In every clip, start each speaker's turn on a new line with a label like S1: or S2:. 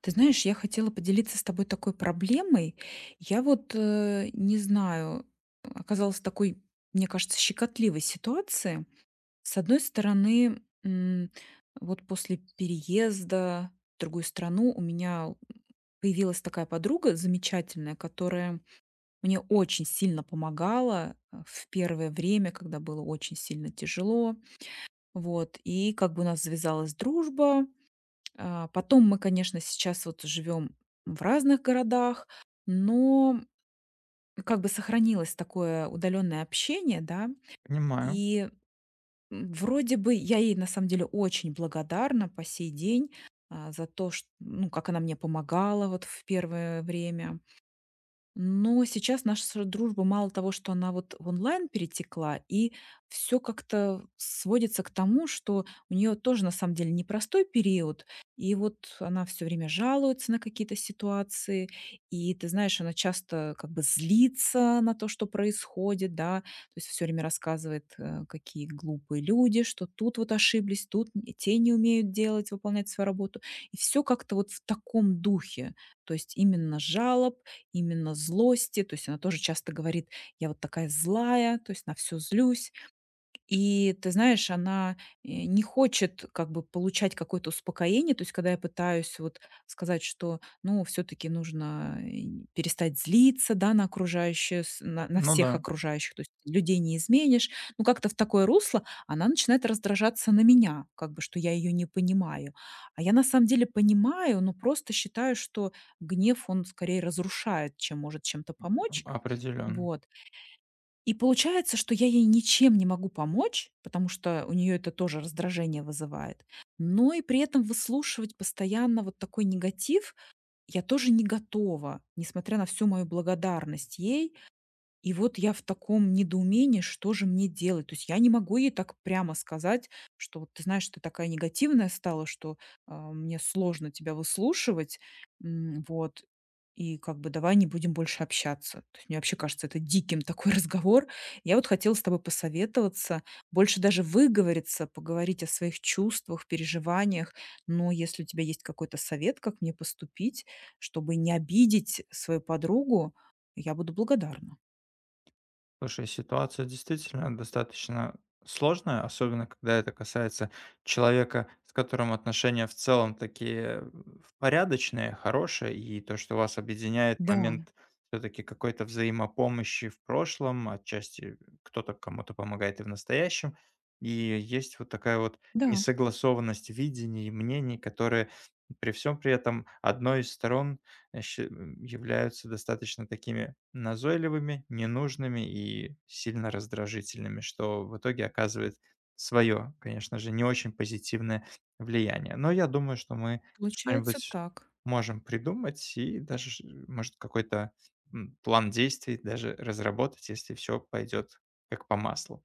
S1: Ты знаешь, я хотела поделиться с тобой такой проблемой. Я вот, не знаю, оказалась в такой, мне кажется, щекотливой ситуации. С одной стороны, вот после переезда в другую страну у меня появилась такая подруга замечательная, которая мне очень сильно помогала в первое время, когда было очень сильно тяжело. Вот. И как бы у нас завязалась дружба, потом мы, конечно, сейчас вот живем в разных городах, но как бы сохранилось такое удаленное общение, да.
S2: Понимаю.
S1: И, Вроде бы я ей на самом деле очень благодарна по сей день, за то, чт ну, как она мне помогала вот в первое время. Но сейчас наша дружба мало того, что она вот в онлайн перетекла, и все как-то сводится к тому, что у нее тоже на самом деле непростой период. И вот она все время жалуется на какие-то ситуации. И ты знаешь, она часто как бы злится на то, что происходит, да. То есть все время рассказывает, какие глупые люди, что тут вот ошиблись, тут н те не умеют делать, выполнять свою работу. И все как-то вот в таком духе. То есть именно жалоб, именно злости. То есть она тоже часто говорит: "Я вот такая злая, то есть на все злюсь". И ты знаешь, она, не хочет как бы получать какое-то успокоение. То есть когда я пытаюсь вот сказать, что, ну, все таки нужно, перестать злиться, да, на окружающее с на
S2: Ну да,
S1: всех окружающих, то есть людей не изменишь. Ну, как-то в такое русло она начинает раздражаться на меня, как бы, что я ее не понимаю. А я на самом деле понимаю, но просто считаю, что гнев, он скорее разрушает, чем может чем-то помочь.
S2: определенно.
S1: Вот. И получается, что я ей ничем не могу помочь, потому что у нее это тоже раздражение вызывает. Но и при этом выслушивать постоянно вот такой негатив я тоже не готова, несмотря на всю мою благодарность ей. И вот я в таком недоумении, что же мне делать? То есть я не могу ей так прямо сказать, что вот ты знаешь, ты такая негативная стала, что мне сложно тебя выслушивать, вот, и как бы давай не будем больше общаться. То есть мне вообще кажется это диким такой разговор. Я вот хотела с тобой посоветоваться, больше даже выговориться, поговорить о своих чувствах, переживаниях. Но если у тебя есть какой-то совет, как мне поступить, чтобы не обидеть свою подругу, я буду благодарна.
S2: Слушай, ситуация действительно достаточно сложная, особенно когда это касается человека, с которым отношения в целом такие порядочные, хорошие, и то, что вас объединяет
S1: Да,
S2: момент все-таки какой-то взаимопомощи в прошлом, отчасти кто-то кому-то помогает и в настоящем, и есть вот такая вот
S1: да,
S2: несогласованность видений и мнений, которые при всем при этом одной из сторон э, щи являются достаточно такими назойливыми, ненужными и сильно раздражительными, что в итоге оказывает свое, конечно же, не очень позитивное влияние. Но я думаю, что мы
S1: получается
S2: что-нибудь
S1: так.
S2: можем придумать и даже, ш может, какой-то, план действий даже разработать, если все пойдет как по маслу.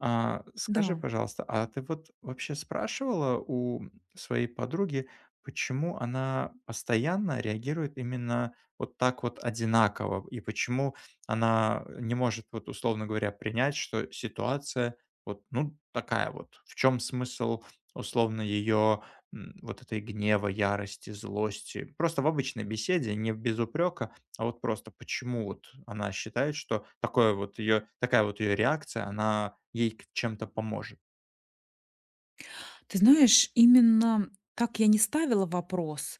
S2: А, скажи,
S1: Да.
S2: пожалуйста, а ты вот вообще спрашивала у своей подруги, почему она постоянно реагирует именно вот так вот одинаково, и почему она не может, вот условно говоря, принять, что ситуация вот ну такая вот? В чем смысл, условно, ее вот этой гнева, ярости, злости? Просто в обычной беседе, не без упрека, а вот просто почему вот она считает, что такое вот ее такая вот ее реакция, она ей к чем-то поможет?
S1: Ты знаешь, именно так я не ставила вопрос,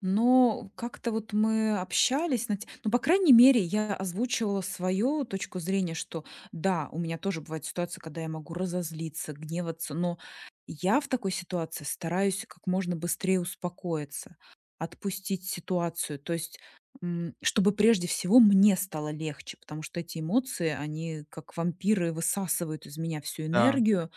S1: но как-то вот мы общались на те ну, по крайней мере, я озвучивала свою точку зрения, что да, у меня тоже бывает ситуация, когда я могу разозлиться, гневаться, но я в такой ситуации стараюсь как можно быстрее успокоиться, отпустить ситуацию. То есть, чтобы прежде всего мне стало легче, потому что эти эмоции, они как вампиры высасывают из меня всю
S2: Да,
S1: энергию.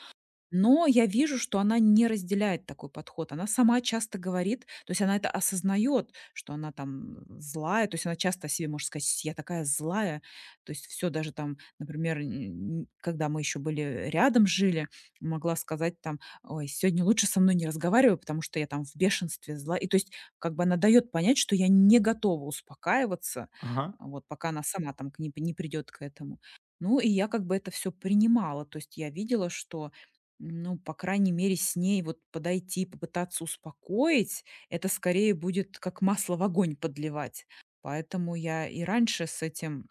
S1: Но я вижу, что она не разделяет такой подход. Она сама часто говорит, то есть она это осознает, что она там злая, то есть она часто о себе может сказать: "Я такая злая". То есть все даже там, например, н н когда мы еще были рядом жили, могла сказать там: "Ой, сегодня лучше со мной не разговаривай, потому что я там в бешенстве, зла". И то есть как бы она дает понять, что я не готова успокаиваться,
S2: ага,
S1: а вот, пока она сама там к не придёт к этому. Ну и я как бы это все принимала. То есть я видела, что ну, по крайней мере, с ней вот подойти, попытаться успокоить, это скорее будет как масло в огонь подливать. Поэтому я и раньше с этим,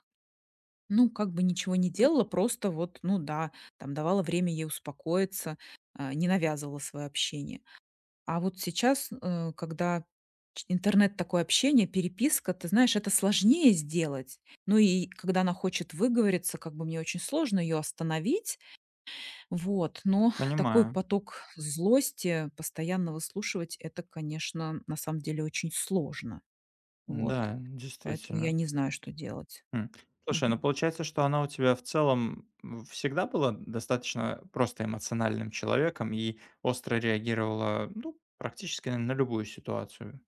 S1: ну, как бы ничего не делала, просто вот, ну да, там давала время ей успокоиться, не навязывала свое общение. А вот сейчас, когда интернет такое общение, переписка, ты знаешь, это сложнее сделать. Ну и когда она хочет выговориться, как бы мне очень сложно ее остановить, вот, но такой
S2: понимаю.
S1: поток злости постоянно выслушивать — это, конечно, на самом деле очень сложно. Вот,
S2: Да,
S1: поэтому я
S2: действительно.
S1: не знаю, что делать.
S2: М. Слушай, ну
S1: Мгм.
S2: получается, что она у тебя в целом всегда была достаточно просто эмоциональным человеком и остро реагировала, ну, практически на любую ситуацию.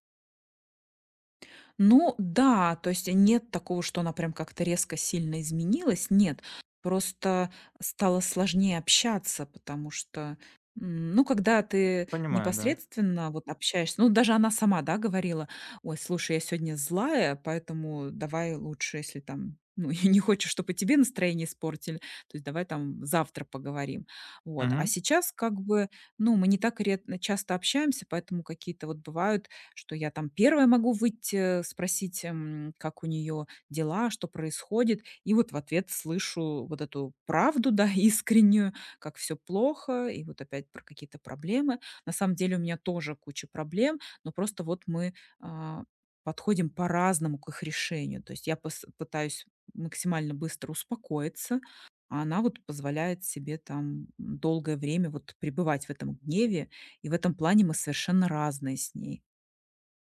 S1: Ну да, то есть нет такого, что она прям как-то резко сильно изменилась. Нет. Просто стало сложнее общаться, потому что, ну, когда ты
S2: Понимаю, да.
S1: непосредственно вот общаешься, ну, даже она сама, да, говорила, ой, слушай, я сегодня злая, поэтому давай лучше, если там, ну, я не хочу, чтобы тебе настроение испортили, то есть давай там завтра поговорим. Вот. А
S2: Мгм.
S1: сейчас как бы, ну, мы не так редко часто общаемся, поэтому какие-то вот бывают что я там первая могу выйти, спросить, как у нее дела, что происходит. И вот в ответ слышу вот эту правду, да, искреннюю, как все плохо, и вот опять про какие-то проблемы. На самом деле у меня тоже куча проблем, но просто вот мы а, подходим по-разному к их решению. То есть я пытаюсь максимально быстро успокоиться, а она вот позволяет себе там долгое время вот пребывать в этом гневе, и в этом плане мы совершенно разные с ней.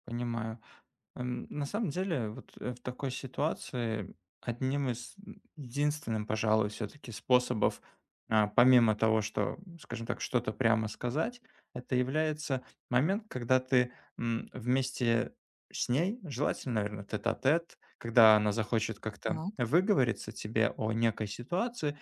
S2: Понимаю. На самом деле, вот, в такой ситуации одним из единственным, пожалуй, все таки способов, помимо того, что, скажем так, что-то прямо сказать, это является момент, когда ты, вместе с ней, желательно, наверное, тет-а-тет, когда она захочет как-то
S1: Так.
S2: выговориться тебе о некой ситуации,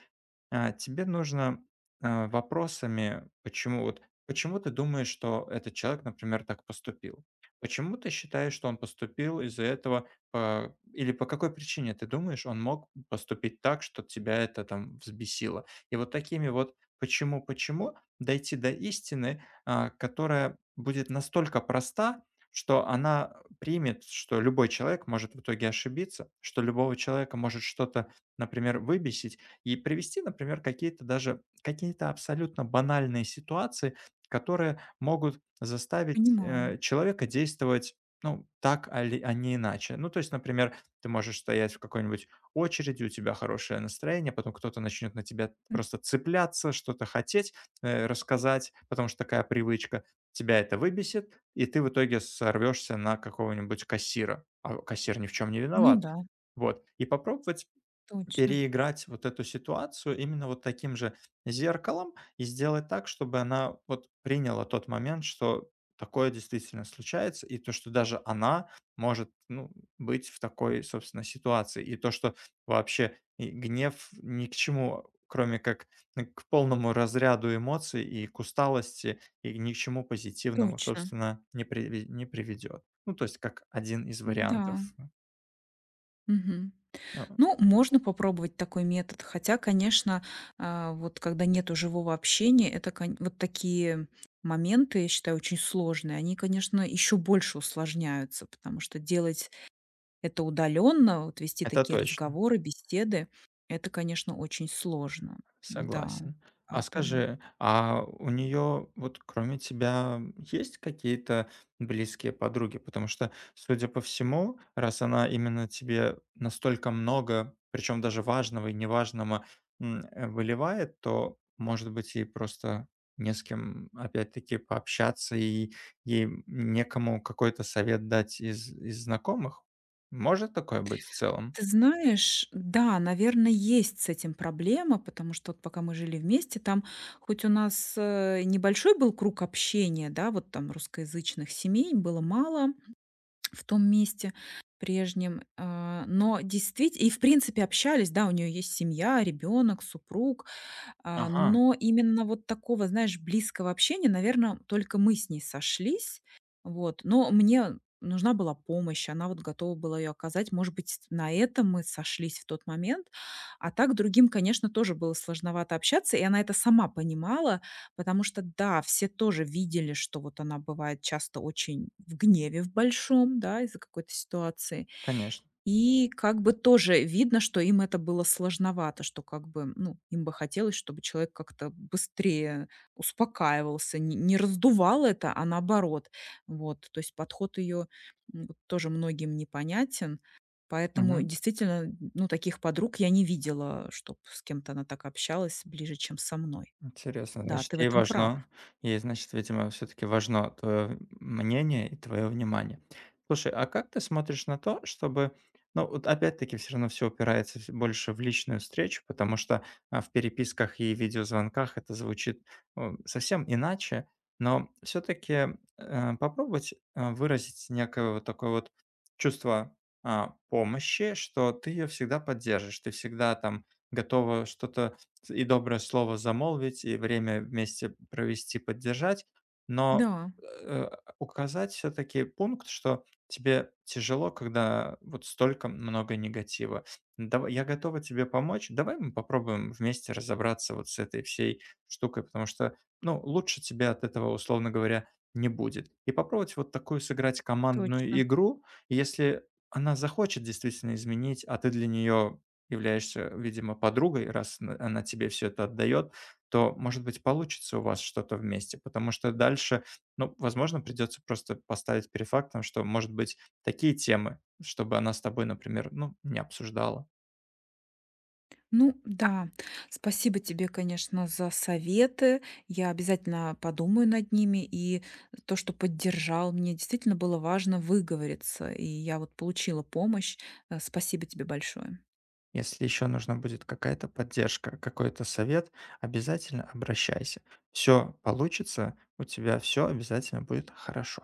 S2: тебе нужно, вопросами, почему ты думаешь, что этот человек, например, так поступил? Почему ты считаешь, что он поступил из-за этого, или по какой причине ты думаешь, он мог поступить так, что тебя это там взбесило? И вот такими вот «почему, почему» дойти до истины, которая будет настолько проста, что она примет, что любой человек может в итоге ошибиться, что любого человека может что-то, например, выбесить, и привести, например, какие-то даже какие-то абсолютно банальные ситуации, которые могут заставить,
S1: Понимаю.
S2: человека действовать, ну, так, али а не иначе. Ну, то есть, например, ты можешь стоять в какой-нибудь очереди, у тебя хорошее настроение, потом кто-то начнет на тебя просто цепляться, что-то хотеть, рассказать, потому что такая привычка. Тебя это выбесит, и ты в итоге сорвешься на какого-нибудь кассира, а кассир ни в чем не
S1: Ну
S2: виноват.
S1: да,
S2: Вот. И попробовать
S1: точно,
S2: переиграть вот эту ситуацию именно вот таким же зеркалом и сделать так, чтобы она вот приняла тот момент, что такое действительно случается, и то, что даже она может ну, быть в такой, собственно, ситуации, и то, что вообще и гнев ни к чему, кроме как ну, к полному разряду эмоций и к усталости, и ни к чему позитивному,
S1: точно.
S2: собственно, не приведет. Ну, то есть как один из
S1: Да.
S2: вариантов.
S1: Мгм.
S2: э,
S1: Ну, можно попробовать такой метод. Хотя, конечно, вот когда нету живого общения, это вот такие моменты, я считаю, очень сложные. Они, конечно, еще больше усложняются, потому что делать это удаленно, вот вести
S2: Это
S1: такие
S2: точно.
S1: разговоры, беседы, это, конечно, очень сложно. Да,
S2: Согласен. А
S1: поэтому.
S2: скажи, а у нее вот кроме тебя есть какие-то близкие подруги? Потому что, судя по всему, раз она именно тебе настолько много, причем даже важного и неважного, выливает, то, может быть, ей просто не с кем, опять-таки, пообщаться, и ей некому какой-то совет дать из знакомых? Может такое быть в целом?
S1: Ты знаешь, да, наверное, есть с этим проблема, потому что вот пока мы жили вместе, там хоть у нас небольшой был круг общения, да, вот там русскоязычных семей было мало в том месте прежнем, но действительно, и в принципе общались, да, у нее есть семья, ребенок, супруг,
S2: Ага,
S1: но именно вот такого, знаешь, близкого общения, наверное только мы с ней сошлись. Вот, но мне нужна была помощь, она вот готова была ее оказать. Может быть, на этом мы сошлись в тот момент. А так другим, конечно, тоже было сложновато общаться, и она это сама понимала, потому что, да, все тоже видели, что вот она бывает часто очень в гневе в большом, да, из-за какой-то ситуации.
S2: конечно.
S1: И как бы тоже видно, что им это было сложновато, что как бы, ну, им бы хотелось, чтобы человек как-то быстрее успокаивался, не раздувал это, а наоборот. Вот, то есть подход ее тоже многим непонятен. Поэтому действительно, ну, таких подруг я не видела, чтобы с кем-то она так общалась ближе, чем со мной.
S2: Интересно,
S1: Да, ты
S2: значит,
S1: в
S2: ей
S1: этом прав.
S2: важно, ей, значит, видимо, все-таки важно твое мнение и твое внимание. Слушай, а как ты смотришь на то, чтобы, ну, вот опять-таки все равно все упирается всё больше в личную встречу, потому что в переписках и видеозвонках это звучит ну, совсем иначе, но все-таки попробовать выразить некое вот такое вот чувство помощи, что ты ее всегда поддержишь, ты всегда там готова что-то и доброе слово замолвить, и время вместе провести, поддержать, но,
S1: Да,
S2: э, указать все-таки пункт, что тебе тяжело, когда вот столько много негатива. Дава я готова тебе помочь, давай мы попробуем вместе разобраться вот с этой всей штукой, потому что, ну, лучше тебе от этого, условно говоря, не будет. И попробовать вот такую сыграть командную
S1: точно.
S2: игру. И если она захочет действительно изменить, а ты для нее являешься, видимо, подругой, раз она тебе все это отдает, то, может быть, получится у вас что-то вместе, потому что дальше, ну, возможно, придется просто поставить перед фактом, что, может быть, такие темы, чтобы она с тобой, например, ну, не обсуждала.
S1: Ну да, спасибо тебе, конечно, за советы. Я обязательно подумаю над ними. И то, что поддержал, мне действительно было важно выговориться. И я вот получила помощь. Спасибо тебе большое.
S2: Если еще нужна будет какая-то поддержка, какой-то совет, обязательно обращайся. Все получится, у тебя все обязательно будет хорошо.